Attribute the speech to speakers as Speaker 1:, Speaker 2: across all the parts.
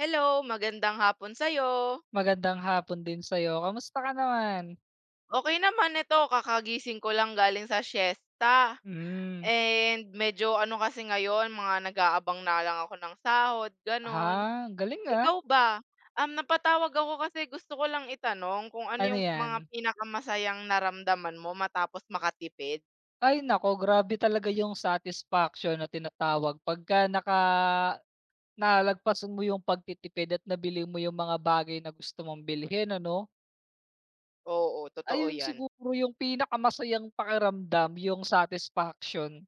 Speaker 1: Hello, magandang hapon sa'yo.
Speaker 2: Magandang hapon din sa'yo, kamusta ka naman?
Speaker 1: Okey naman ito, kakagising ko lang galing sa siesta.
Speaker 2: Hmm.
Speaker 1: And medyo ano kasi ngayon, mga nag-aabang na lang ako ng sahod,
Speaker 2: Ha,
Speaker 1: gano'n.
Speaker 2: galing, ah.
Speaker 1: Ikaw ba? Napatawag ako kasi gusto ko lang itanong kung ano
Speaker 2: Ano
Speaker 1: yung mga
Speaker 2: 'yan?
Speaker 1: pinakamasayang naramdaman mo matapos makatipid?
Speaker 2: Ay naku, grabe talaga yung satisfaction na tinatawag pagka nalagpasan mo yung pagtitipid at nabili mo yung mga bagay na gusto mong bilhin, ano?
Speaker 1: Oo, totoo
Speaker 2: Ayun
Speaker 1: yan.
Speaker 2: siguro yung pinakamasayang pakiramdam, yung satisfaction.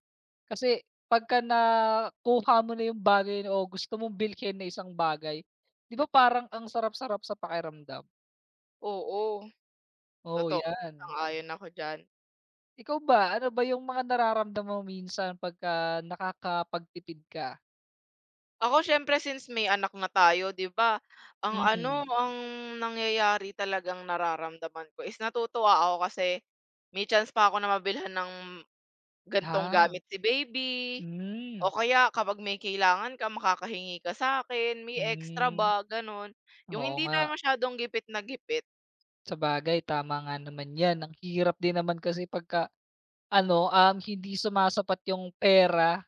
Speaker 2: Kasi pagka nakuha mo na yung bagay o gusto mong bilhin na isang bagay, 'di ba parang ang sarap-sarap sa pakiramdam?
Speaker 1: Oo,
Speaker 2: Oh,
Speaker 1: totoo,
Speaker 2: 'yan.
Speaker 1: sang-ayon ako diyan.
Speaker 2: Ikaw ba, ano ba yung mga nararamdaman mo minsan pagka nakakapagtipid ka?
Speaker 1: Ako siyempre since may anak na tayo 'di ba, ang
Speaker 2: Hmm,
Speaker 1: ano, ang nangyayari talagang nararamdaman ko is natutuwa ako kasi may chance pa ako na mabilhan ng ganitong
Speaker 2: ah,
Speaker 1: gamit si baby
Speaker 2: hmm,
Speaker 1: o kaya kapag may kailangan ka makakahingi ka sa akin may extra
Speaker 2: hmm.
Speaker 1: ba gano'n. Yung
Speaker 2: Oo
Speaker 1: hindi
Speaker 2: nga,
Speaker 1: tayo masyadong gipit na gipit,
Speaker 2: sabagay tama nga naman 'yan. Ang hirap din naman kasi pagka ano, hindi sumasapat yung pera.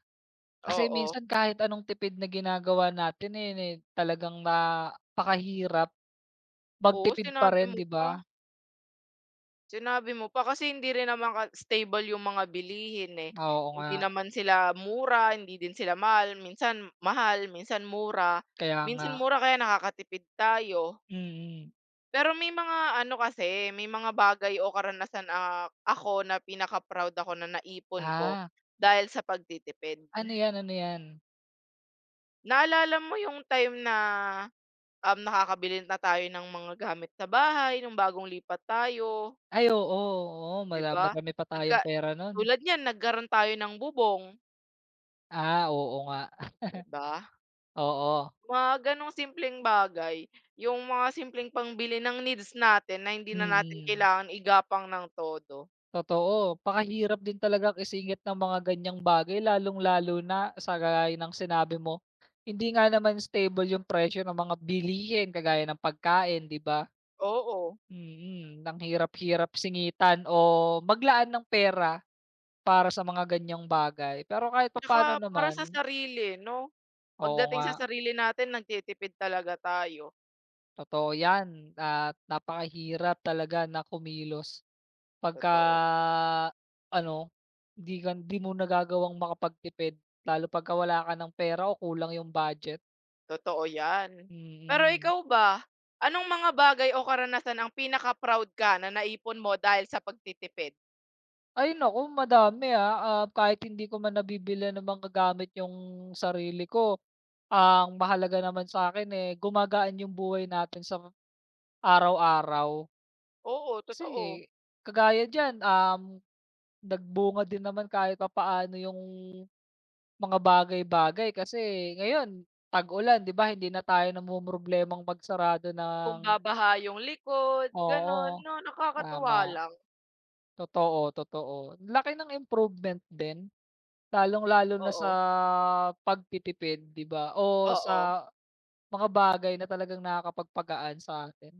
Speaker 2: Kasi
Speaker 1: oo.
Speaker 2: minsan kahit anong tipid na ginagawa natin, eh, ni talagang napakahirap
Speaker 1: Oo,
Speaker 2: magtipid pa
Speaker 1: sinabi
Speaker 2: rin,
Speaker 1: mo
Speaker 2: 'di
Speaker 1: pa.
Speaker 2: ba?
Speaker 1: Sinabi mo pa kasi hindi rin naman ka stable yung mga bilihin, eh.
Speaker 2: Oo nga,
Speaker 1: Hindi naman sila mura, hindi din sila mahal, minsan mura.
Speaker 2: kaya nga.
Speaker 1: Minsan mura kaya nakakatipid tayo.
Speaker 2: Mm, mm.
Speaker 1: Pero may mga ano kasi, may mga bagay o karanasan, ako na pinaka-proud ako na naipon ko
Speaker 2: Ah,
Speaker 1: dahil sa pagtitipid.
Speaker 2: ano 'yan, ano 'yan?
Speaker 1: Naalala mo yung time na, nakakabili na tayo ng mga gamit sa bahay nung bagong lipat tayo?
Speaker 2: Ay oo, oo,
Speaker 1: 'Di ba?
Speaker 2: marami pa
Speaker 1: Nagka
Speaker 2: tayong pera nun.
Speaker 1: Tulad niyan nagkaroon tayo ng bubong,
Speaker 2: Ah, oo nga,
Speaker 1: 'di ba?
Speaker 2: oo,
Speaker 1: Mga gano'ng simpleng bagay, yung mga simpleng pangbili ng needs natin na hindi na natin
Speaker 2: mm.
Speaker 1: kailangan igapang ng todo.
Speaker 2: Totoo, pakahirap din talagang isingit ng mga ganyang bagay, lalong-lalo na sa gaya ng sinabi mo, hindi nga naman stable yung presyo ng mga bilihin kagaya ng pagkain, 'di ba?
Speaker 1: Oo,
Speaker 2: Mm, ang hirap-hirap singitan o maglaan ng pera para sa mga ganyang bagay. Pero kahit
Speaker 1: tsaka
Speaker 2: papaano
Speaker 1: para sa
Speaker 2: naman,
Speaker 1: sarili 'no?
Speaker 2: oo
Speaker 1: Pagdating
Speaker 2: nga,
Speaker 1: sa sarili natin nagtitipid talaga tayo.
Speaker 2: totoo 'yan at napakahirap talaga na kumilos. Pagka
Speaker 1: Totoo,
Speaker 2: ano, 'di mo nagagawang makapagtipid, lalo pagka wala ka ng pera o kulang yung budget,
Speaker 1: totoo 'yan. Pero
Speaker 2: mm.
Speaker 1: ikaw ba, anong mga bagay o karanasan ang pinaka-proud ka na naipon mo dahil sa pagtitipid?
Speaker 2: Ay naku, madami, ah, ah, kahit hindi ko man nabibilhan ng mga gamit yung sarili ko, ang mahalaga naman sa akin, eh, gumagaan yung buhay natin sa araw-araw.
Speaker 1: Oo,
Speaker 2: Kasi
Speaker 1: totoo.
Speaker 2: kagaya diyan, nagbunga din naman kahit papaano yung mga bagay-bagay. Kasi ngayon tag-ulan, 'di ba, hindi na tayo namomroblemang magsarado
Speaker 1: Kung
Speaker 2: ng
Speaker 1: babaha yung likod, gano'n,
Speaker 2: oo,
Speaker 1: 'no, nakakatuwa
Speaker 2: tama.
Speaker 1: lang.
Speaker 2: Totoo, totoo. Laki ng improvement din, lalong-lalo na sa
Speaker 1: Oo,
Speaker 2: pagtitipid, 'di ba, o
Speaker 1: oo,
Speaker 2: sa mga bagay na talagang nakakapagpagaan sa atin.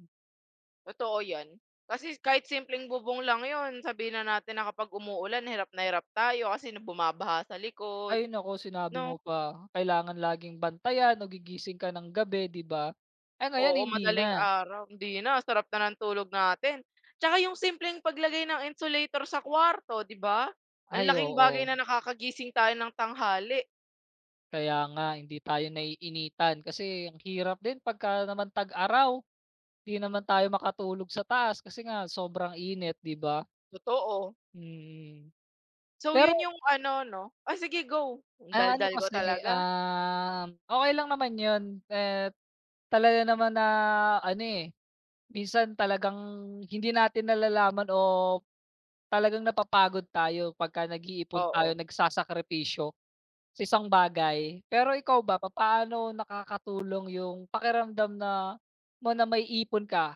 Speaker 1: totoo 'yan. Kasi kahit simpleng bubong lang 'yun, sabihin na natin na kapag umuulan hirap na hirap tayo kasi na bumabaha sa likod,
Speaker 2: Ay naku, sinabi
Speaker 1: 'no?
Speaker 2: mo pa, kailangan laging bantayan o gigising ka ng gabi, 'di ba? Eh, ngayon
Speaker 1: Oo,
Speaker 2: hindi na.
Speaker 1: madaling araw, hindi na, sarap na ng tulog natin. Tsaka yung simpleng paglagay ng insulator sa kwarto, 'di ba? Ang
Speaker 2: Ay,
Speaker 1: laking bagay
Speaker 2: oo.
Speaker 1: na nakakagising tayo ng tanghali,
Speaker 2: Kaya nga hindi tayo naiinitan kasi ang hirap din pagka naman tag-araw, hindi naman tayo makatulog sa taas kasi nga sobrang init, 'di ba?
Speaker 1: totoo.
Speaker 2: Mm.
Speaker 1: So 'yun
Speaker 2: Pero,
Speaker 1: yung ano, 'no? Oh, sige go, ang
Speaker 2: ah, ano
Speaker 1: daldal ko
Speaker 2: kasi,
Speaker 1: talaga,
Speaker 2: um, okey lang naman 'yun, eh, talaga naman na ano, eh, minsan talagang hindi natin nalalaman o talagang napapagod tayo pagka nag-iipon
Speaker 1: oo.
Speaker 2: tayo, nagsasakripisyo. Sa isang bagay. Pero ikaw ba, papaano nakakatulong yung pakiramdam na mo na may ipon ka,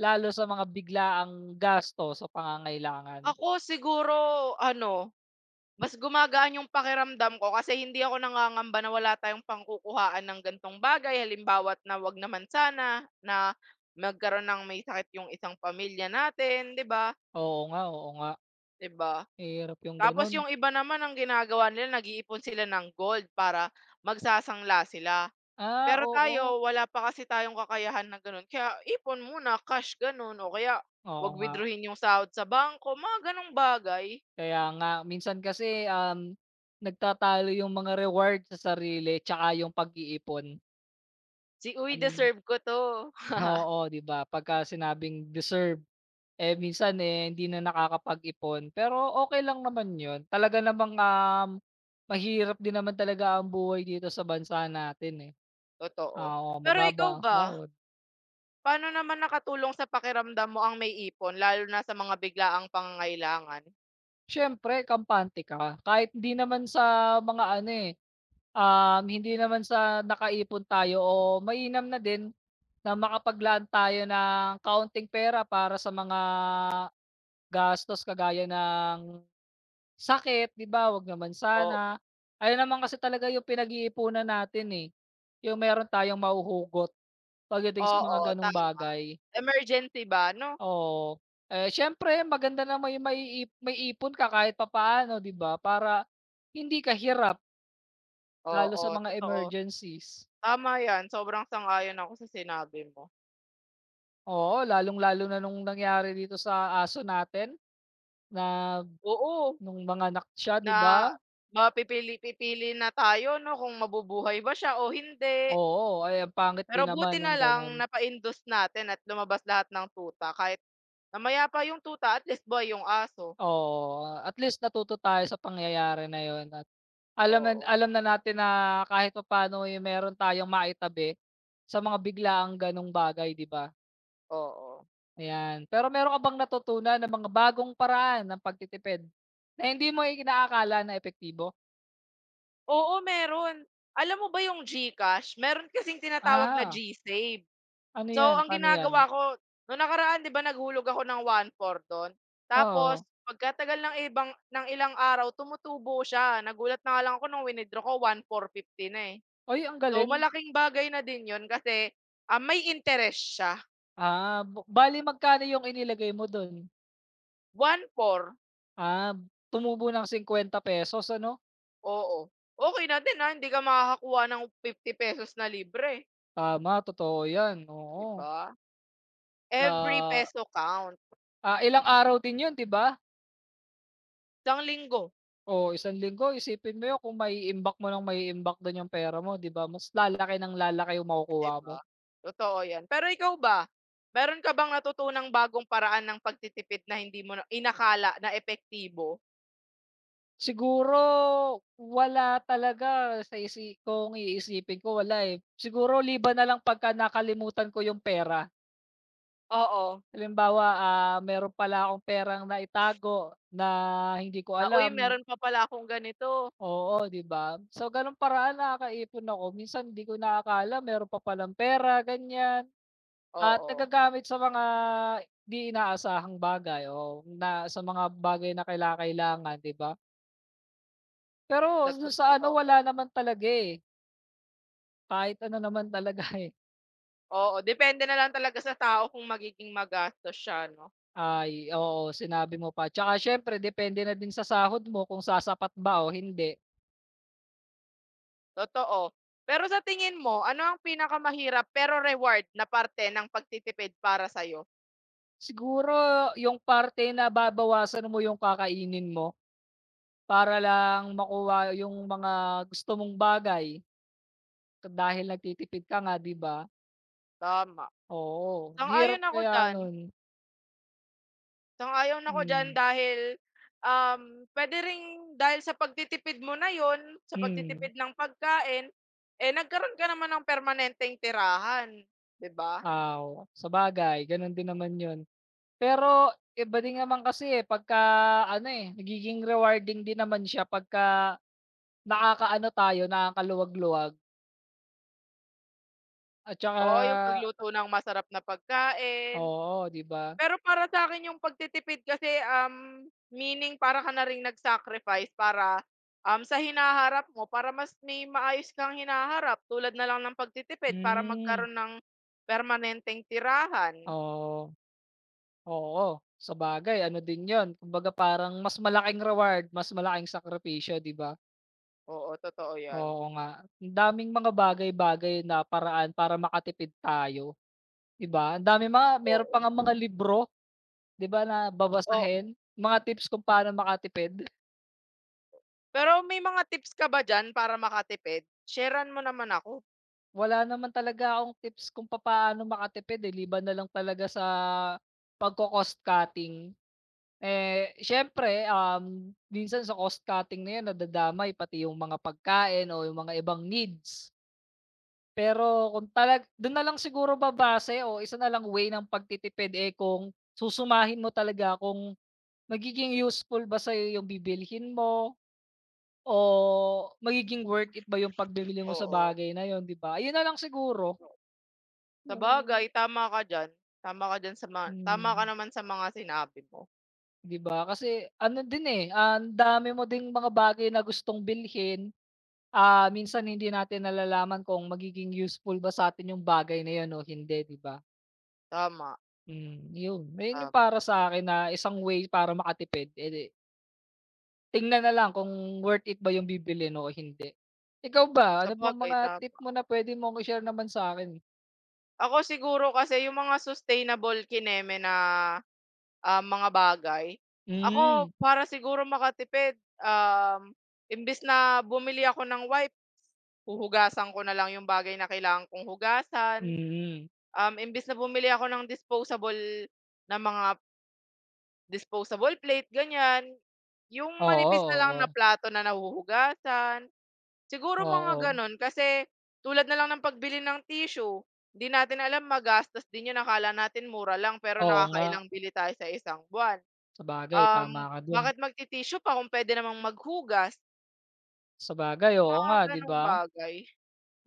Speaker 2: lalo sa mga biglaang gasto sa pangangailangan?
Speaker 1: Ako siguro ano, mas gumagaan yung pakiramdam ko kasi hindi ako nangangamba na wala tayong pangkukuhaan ng ganitong bagay. Halimbawa't na 'wag naman sana na magkaroon ng may sakit yung isang pamilya natin, 'di ba?
Speaker 2: Oo nga,
Speaker 1: 'Di ba?
Speaker 2: mahirap yung
Speaker 1: Tapos
Speaker 2: gano'n.
Speaker 1: yung iba naman ang ginagawa nila nag-iipon sila ng gold para magsasangla sila.
Speaker 2: Ah,
Speaker 1: Pero
Speaker 2: oo.
Speaker 1: tayo wala pa kasi tayong kakayahan na gano'n kaya ipon muna, cash gano'n o kaya
Speaker 2: Oo
Speaker 1: 'wag
Speaker 2: nga.
Speaker 1: withdrawhin yung sahod sa bangko, mga gano'ng bagay.
Speaker 2: Kaya nga, minsan kasi, nagtatalo yung mga reward sa sarili 'tsaka yung pag-iipon.
Speaker 1: Si "Uy,
Speaker 2: Hmm,
Speaker 1: deserve ko 'to."
Speaker 2: oo, 'di ba, pagka sinabing deserve. Eh, minsan, eh, hindi na nakakapag-ipon, pero okay lang naman yon. Talaga namang, mahirap din naman talaga ang buhay dito sa bansa natin, eh.
Speaker 1: Totoo.
Speaker 2: Ah, oo,
Speaker 1: Pero ikaw
Speaker 2: mababa ang
Speaker 1: ba,
Speaker 2: sahod.
Speaker 1: paano naman nakatulong sa pakiramdam mo ang may ipon lalo na sa mga biglaang pangangailangan?
Speaker 2: Siyempre kampante ka, kahit hindi naman sa mga ano, eh, hindi naman sa nakaipon tayo o mainam na din na makapaglaan tayo ng kaunting pera para sa mga gastos kagaya ng sakit, 'di ba, wag naman
Speaker 1: O
Speaker 2: sana. Ayun naman kasi talaga yung pinag-iipunan natin, eh, yung meron tayong mahuhugot pagdating sa
Speaker 1: oo,
Speaker 2: mga gano'ng
Speaker 1: tama.
Speaker 2: bagay,
Speaker 1: Emergency ba 'no?
Speaker 2: oo. Eh, siyempre maganda na may maipon ka kahit papaano, 'di ba, para hindi ka hirap lalo sa
Speaker 1: Oo,
Speaker 2: mga
Speaker 1: totoo.
Speaker 2: emergencies.
Speaker 1: Tama 'yan, sobrang sang-ayon ako sa sinabi mo.
Speaker 2: Oo, lalong-lalo na nung nangyari dito sa aso natin na
Speaker 1: Oo,
Speaker 2: nung mga anak siya, 'di
Speaker 1: na
Speaker 2: ba?
Speaker 1: mapipili-pipili na tayo 'no, kung mabubuhay ba siya o hindi.
Speaker 2: Oo, ay ang pangit
Speaker 1: Pero
Speaker 2: din naman
Speaker 1: buti na
Speaker 2: ng
Speaker 1: lang
Speaker 2: gano'n.
Speaker 1: napaindus natin at lumabas lahat ng tuta kahit namaya pa yung tuta, at least buhay yung aso.
Speaker 2: Oo, at least natuto tayo sa pangyayari na yun at
Speaker 1: Oo,
Speaker 2: alam na natin na kahit papaano, eh, meron tayong maitabi sa mga biglaang gano'ng bagay, 'di ba?
Speaker 1: oo.
Speaker 2: Ayan. Pero meron ka bang natutunan na mga bagong paraan ng pagtitipid na hindi mo inaakala na epektibo?
Speaker 1: Oo, meron. Alam mo ba yung GCash, meron kasing tinatawag na
Speaker 2: Ah,
Speaker 1: GSave.
Speaker 2: ano
Speaker 1: So,
Speaker 2: 'yan,
Speaker 1: ang
Speaker 2: paano 'yan?
Speaker 1: ginagawa ko nung nakaraan 'di ba naghulog ako ng 1,400 do'n, tapos
Speaker 2: Oo.
Speaker 1: pagkatagal ng ilang araw tumutubo siya. Nagulat na nga lang ako nung winithdraw ko 1,450 na, eh.
Speaker 2: Uy, ang
Speaker 1: So,
Speaker 2: galing.
Speaker 1: malaking bagay na din 'yun kasi, may interest siya,
Speaker 2: Ah, bale magkano yung inilagay mo dun?
Speaker 1: 1,400
Speaker 2: Ah, tumubo ng 50 pesos, ano?
Speaker 1: oo. Okey na din, hindi ka makakakuha ng ₱50 na libre,
Speaker 2: Tama, totoo 'yan,
Speaker 1: 'di
Speaker 2: oo.
Speaker 1: ba?
Speaker 2: Sa,
Speaker 1: Every peso counts.
Speaker 2: ah, ilang araw din 'yun, 'di ba?
Speaker 1: Isang linggo.
Speaker 2: Oh, isang linggo, isipin mo 'yun, kung maiimbak mo ng maiimbak dun yung pera mo, 'di ba? Mas lalaki ng lalaki yung
Speaker 1: 'Di
Speaker 2: makukuha mo.
Speaker 1: ba? Totoo 'yan. Pero ikaw ba, meron ka bang natutunang bagong paraan ng pagtitipid na hindi mo na inakala na epektibo?
Speaker 2: Siguro wala talaga sa isi kung iisipin ko, wala, eh. Siguro liba na lang pagka nakalimutan ko yung pera.
Speaker 1: Oo.
Speaker 2: Halimbawa, ah, meron pala akong perang naitago na hindi ko
Speaker 1: Na, "Uy,
Speaker 2: alam.
Speaker 1: meron pa pala akong ganito."
Speaker 2: Oo, 'di ba? Sa gano'ng paraan nakakaipon ako. Minsan hindi ko inaakala meron pa palang pera, ganyan. At
Speaker 1: Oo,
Speaker 2: nagagamit sa mga 'di inaasahang bagay o na sa mga bagay na kailangan, 'di ba? Pero do'n sa ano,
Speaker 1: totoo.
Speaker 2: wala naman talaga, eh. Kahit ano naman talaga, eh.
Speaker 1: Oo, depende na lang talaga sa tao kung magiging magastos siya 'no,
Speaker 2: Ay, oo, sinabi mo pa. Tsaka siyempre depende na din sa sahod mo kung sasapat ba o hindi.
Speaker 1: totoo. Pero sa tingin mo, ano ang pinakamahirap pero reward na parte ng pagtitipid para sa'yo?
Speaker 2: Siguro yung parte na babawasan mo yung kakainin mo para lang makuha yung mga gusto mong bagay dahil nagtitipid ka nga, 'di ba?
Speaker 1: Tama,
Speaker 2: Oo, ang hirap
Speaker 1: sang-ayon ako
Speaker 2: kaya
Speaker 1: diyan.
Speaker 2: nun.
Speaker 1: Sang-ayon ako diyan
Speaker 2: Hmm,
Speaker 1: dahil, puwede ring dahil sa pagtitipid mo na yon sa
Speaker 2: hmm.
Speaker 1: pagtitipid ng pagkain, eh, nagkaroon ka naman ng permanenteng tirahan, 'di ba?
Speaker 2: Ah, oo, sabagay ganon din naman yun. Pero iba din naman kasi, eh, pagka ano, eh, nagiging rewarding din naman siya pagka nakakaano tayo, nakakaluwag-luwag at
Speaker 1: Oo, yung
Speaker 2: tsaka
Speaker 1: pagluto ng masarap na pagkain,
Speaker 2: oo, 'di ba?
Speaker 1: pero para sa akin yung pagtitipid kasi, meaning para ka na ring nag-sacrifice para, sa hinaharap mo para mas may maayos kang hinaharap tulad na lang ng pagtitipid para
Speaker 2: Hmm,
Speaker 1: magkaroon ng permanenteng tirahan.
Speaker 2: oo. Oo, sabagay ano din 'yun, kumbaga parang mas malaking reward, mas malaking sakripisyo, 'di ba?
Speaker 1: Oo, totoo 'yan.
Speaker 2: Oo nga, ang daming mga bagay-bagay na paraan para makatipid tayo, 'di ba? Ang daming mga meron
Speaker 1: Oo,
Speaker 2: pa ngang mga libro, 'di ba, na
Speaker 1: oo.
Speaker 2: babasahin, mga tips kung paano makatipid.
Speaker 1: Pero may mga tips ka ba diyan para makatipid? Share-an mo naman ako.
Speaker 2: Wala naman talaga akong tips kung paano makatipid, eh, liban na lang talaga sa pagko-cost cutting. Eh, syempre, minsan sa cost cutting na 'yan nadadamay pati yung mga pagkain o yung mga ibang needs. Pero kung do'n na lang siguro babase o isa na lang way ng pagtitipid, eh, kung susumahin mo talaga kung magiging useful ba sa'yo yung bibilhin mo o magiging worth it ba yung pagbibili mo sa
Speaker 1: Oo,
Speaker 2: bagay na yon, 'di ba? Ayun na lang siguro
Speaker 1: sabagay
Speaker 2: yung
Speaker 1: tama ka diyan sa mga tama ka
Speaker 2: hmm,
Speaker 1: naman sa mga sinabi mo.
Speaker 2: 'di ba? Kasi ano din, eh, ang dami mo ding mga bagay na gustong bilhin. Ah, minsan hindi natin nalalaman kung magiging useful ba sa sa'tin yung bagay na yon o hindi, 'di ba?
Speaker 1: Tama,
Speaker 2: Hmm, yun. Ayun
Speaker 1: tama.
Speaker 2: yung para sa'kin na isang way para makatipid, eh, di tingnan na lang kung worth it ba yung bibilhin o hindi. Ikaw ba, ano bang
Speaker 1: Sabagay
Speaker 2: mga tip
Speaker 1: tama.
Speaker 2: mo na puwede mong i-share naman sa akin?
Speaker 1: Ako siguro kasi yung mga sustainable kineme na, mga bagay, ako
Speaker 2: Hmm,
Speaker 1: para siguro makatipid, um, imbes na bumili ako ng wipe, huhugasan ko na lang yung bagay na kailangan kong hugasan.
Speaker 2: mm.
Speaker 1: Imbes na bumili ako ng disposable na mga disposable plate ganyan, yung
Speaker 2: Oo,
Speaker 1: manipis na lang na
Speaker 2: oo.
Speaker 1: plato na nahuhugasan, siguro mga
Speaker 2: Oo.
Speaker 1: gano'n. Kasi tulad na lang ng pagbili ng tissue, hindi natin alam magastos din 'yun, akala natin mura lang pero
Speaker 2: Oo nga,
Speaker 1: nakakailang bili tayo sa isang buwan.
Speaker 2: sabagay
Speaker 1: Um,
Speaker 2: tama ka dun.
Speaker 1: Bakit magti-tissue pa kung puwede namang maghugas,
Speaker 2: Sabagay, oo
Speaker 1: mga
Speaker 2: nga, 'di
Speaker 1: gano'ng
Speaker 2: ba?
Speaker 1: bagay.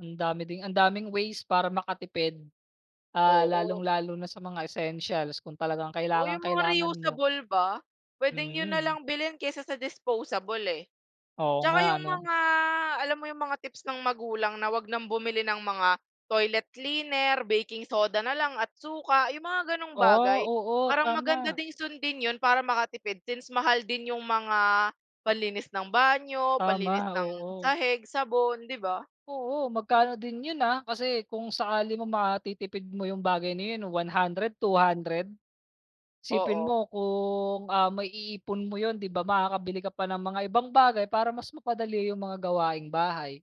Speaker 2: Ang daming ways para makatipid. Ah,
Speaker 1: Oo,
Speaker 2: lalong-lalo na sa mga essentials kung talagang
Speaker 1: oo yung mga
Speaker 2: kailangang-kailangan mo.
Speaker 1: reusable ba, puwedeng 'yun na
Speaker 2: Mm,
Speaker 1: lang bilhin kaysa sa disposable, eh.
Speaker 2: oo nga,
Speaker 1: Tsaka yung
Speaker 2: ano.
Speaker 1: mga alam mo yung mga tips ng magulang na 'wag nang bumili ng mga toilet cleaner, baking soda na lang at suka, yung mga gano'ng
Speaker 2: Ah,
Speaker 1: bagay.
Speaker 2: oo,
Speaker 1: Parang
Speaker 2: tama,
Speaker 1: maganda ding sundin yun para makatipid since mahal din yung mga panlinis ng banyo,
Speaker 2: tama,
Speaker 1: panlinis ng
Speaker 2: oo.
Speaker 1: sahig, sabon, 'di ba?
Speaker 2: Oo, magkano din 'yun, ah, kasi kung sakali mo matitipid mo 'yung bagay na 'yun, 100, 200, isipin
Speaker 1: Oo,
Speaker 2: mo kung, ah, maiipon mo 'yun, 'di ba, makakabili ka pa ng mga ibang bagay para mas mapadali 'yung mga gawaing bahay,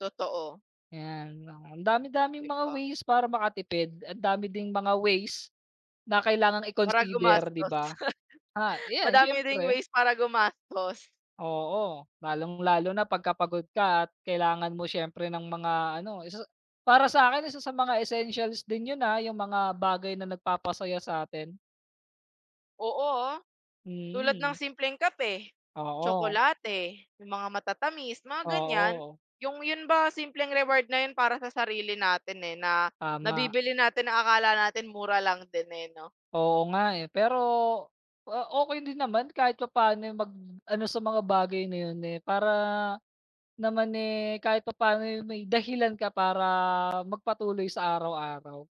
Speaker 1: totoo,
Speaker 2: 'yan. Ang dami-daming
Speaker 1: 'di
Speaker 2: mga
Speaker 1: ba?
Speaker 2: ways para makatipid, ang dami ding mga ways na kailangang
Speaker 1: Para
Speaker 2: i-consider, 'di
Speaker 1: gumastos,
Speaker 2: ba? Ah, 'yan
Speaker 1: madami ring
Speaker 2: siyempre,
Speaker 1: ways para gumastos.
Speaker 2: oo. Lalong-lalo na pagkapagod ka at kailangan mo siyempre ng mga ano, isa, para sa'kin isa sa mga essentials din 'yun, ah, yung mga bagay na nagpapasaya sa atin.
Speaker 1: Oo, ah. Tulad ng
Speaker 2: Mm,
Speaker 1: simpleng kape,
Speaker 2: oo,
Speaker 1: tsokolate, yung mga matatamis, mga ganyan.
Speaker 2: oo,
Speaker 1: Yung yun ba simpleng reward na yun para sa sarili natin, eh, na
Speaker 2: tama.
Speaker 1: nabibili natin na akala natin mura lang din, eh, 'no?
Speaker 2: Oo nga, eh, pero, ah, okey din naman kahit papaano yung mag-ano sa mga bagay na 'yun, eh, para naman, eh, kahit papaano, eh, may dahilan ka para magpatuloy sa araw-araw.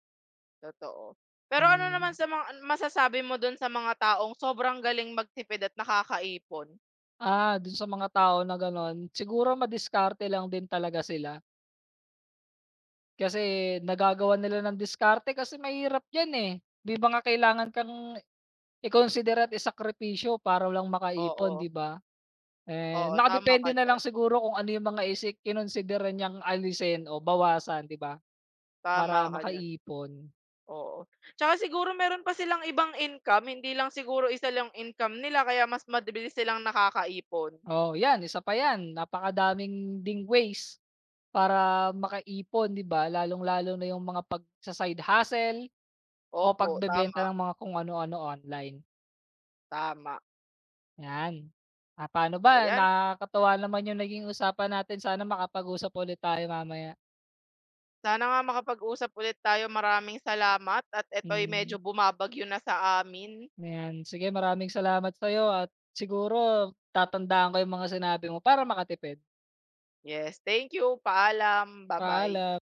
Speaker 1: Totoo. Pero ano naman
Speaker 2: Hmm.
Speaker 1: sa mga masasabi mo dun sa mga taong sobrang galing magtipid at nakakaipon?
Speaker 2: Ah, dun sa mga tao na gano'n, siguro madiskarte lang din talaga sila. Kasi nagagawa nila ng diskarte kasi mahirap 'yan, eh. May mga kailangan kang ikonsidera at isakripisyo para lang makaipon,
Speaker 1: Oo,
Speaker 2: 'di ba? Eh,
Speaker 1: oo,
Speaker 2: nakadepende na lang siguro kung ano yung mga kinonsidera niyang alisin o bawasan, 'di ba,
Speaker 1: tama
Speaker 2: para
Speaker 1: ka diyan,
Speaker 2: makaipon.
Speaker 1: oo. Tsaka siguro meron pa silang ibang income, hindi lang siguro isa lang income nila kaya mas mabilis silang nakakaipon.
Speaker 2: Oh, 'yan, isa pa 'yan, napakadaming ding ways para makaipon, 'di ba? Lalong-lalo na yung mga pagsa-side hustle. O
Speaker 1: Opo, tama,
Speaker 2: pagbebenta ng mga kung ano-ano online,
Speaker 1: tama.
Speaker 2: 'yan. Ah, paano ba,
Speaker 1: Ayan,
Speaker 2: nakakatuwa naman yung naging usapan natin, sana makapag-usap ulit tayo mamaya.
Speaker 1: sana nga makapag-usap ulit tayo. Maraming salamat at ito'y medyo
Speaker 2: Mm,
Speaker 1: bumabagyo na sa amin.
Speaker 2: ayan. Sige, maraming salamat sa'yo at siguro tatandaan ko yung mga sinabi mo para makatipid.
Speaker 1: Yes, thank you. Paalam. Bye bye
Speaker 2: Paalam.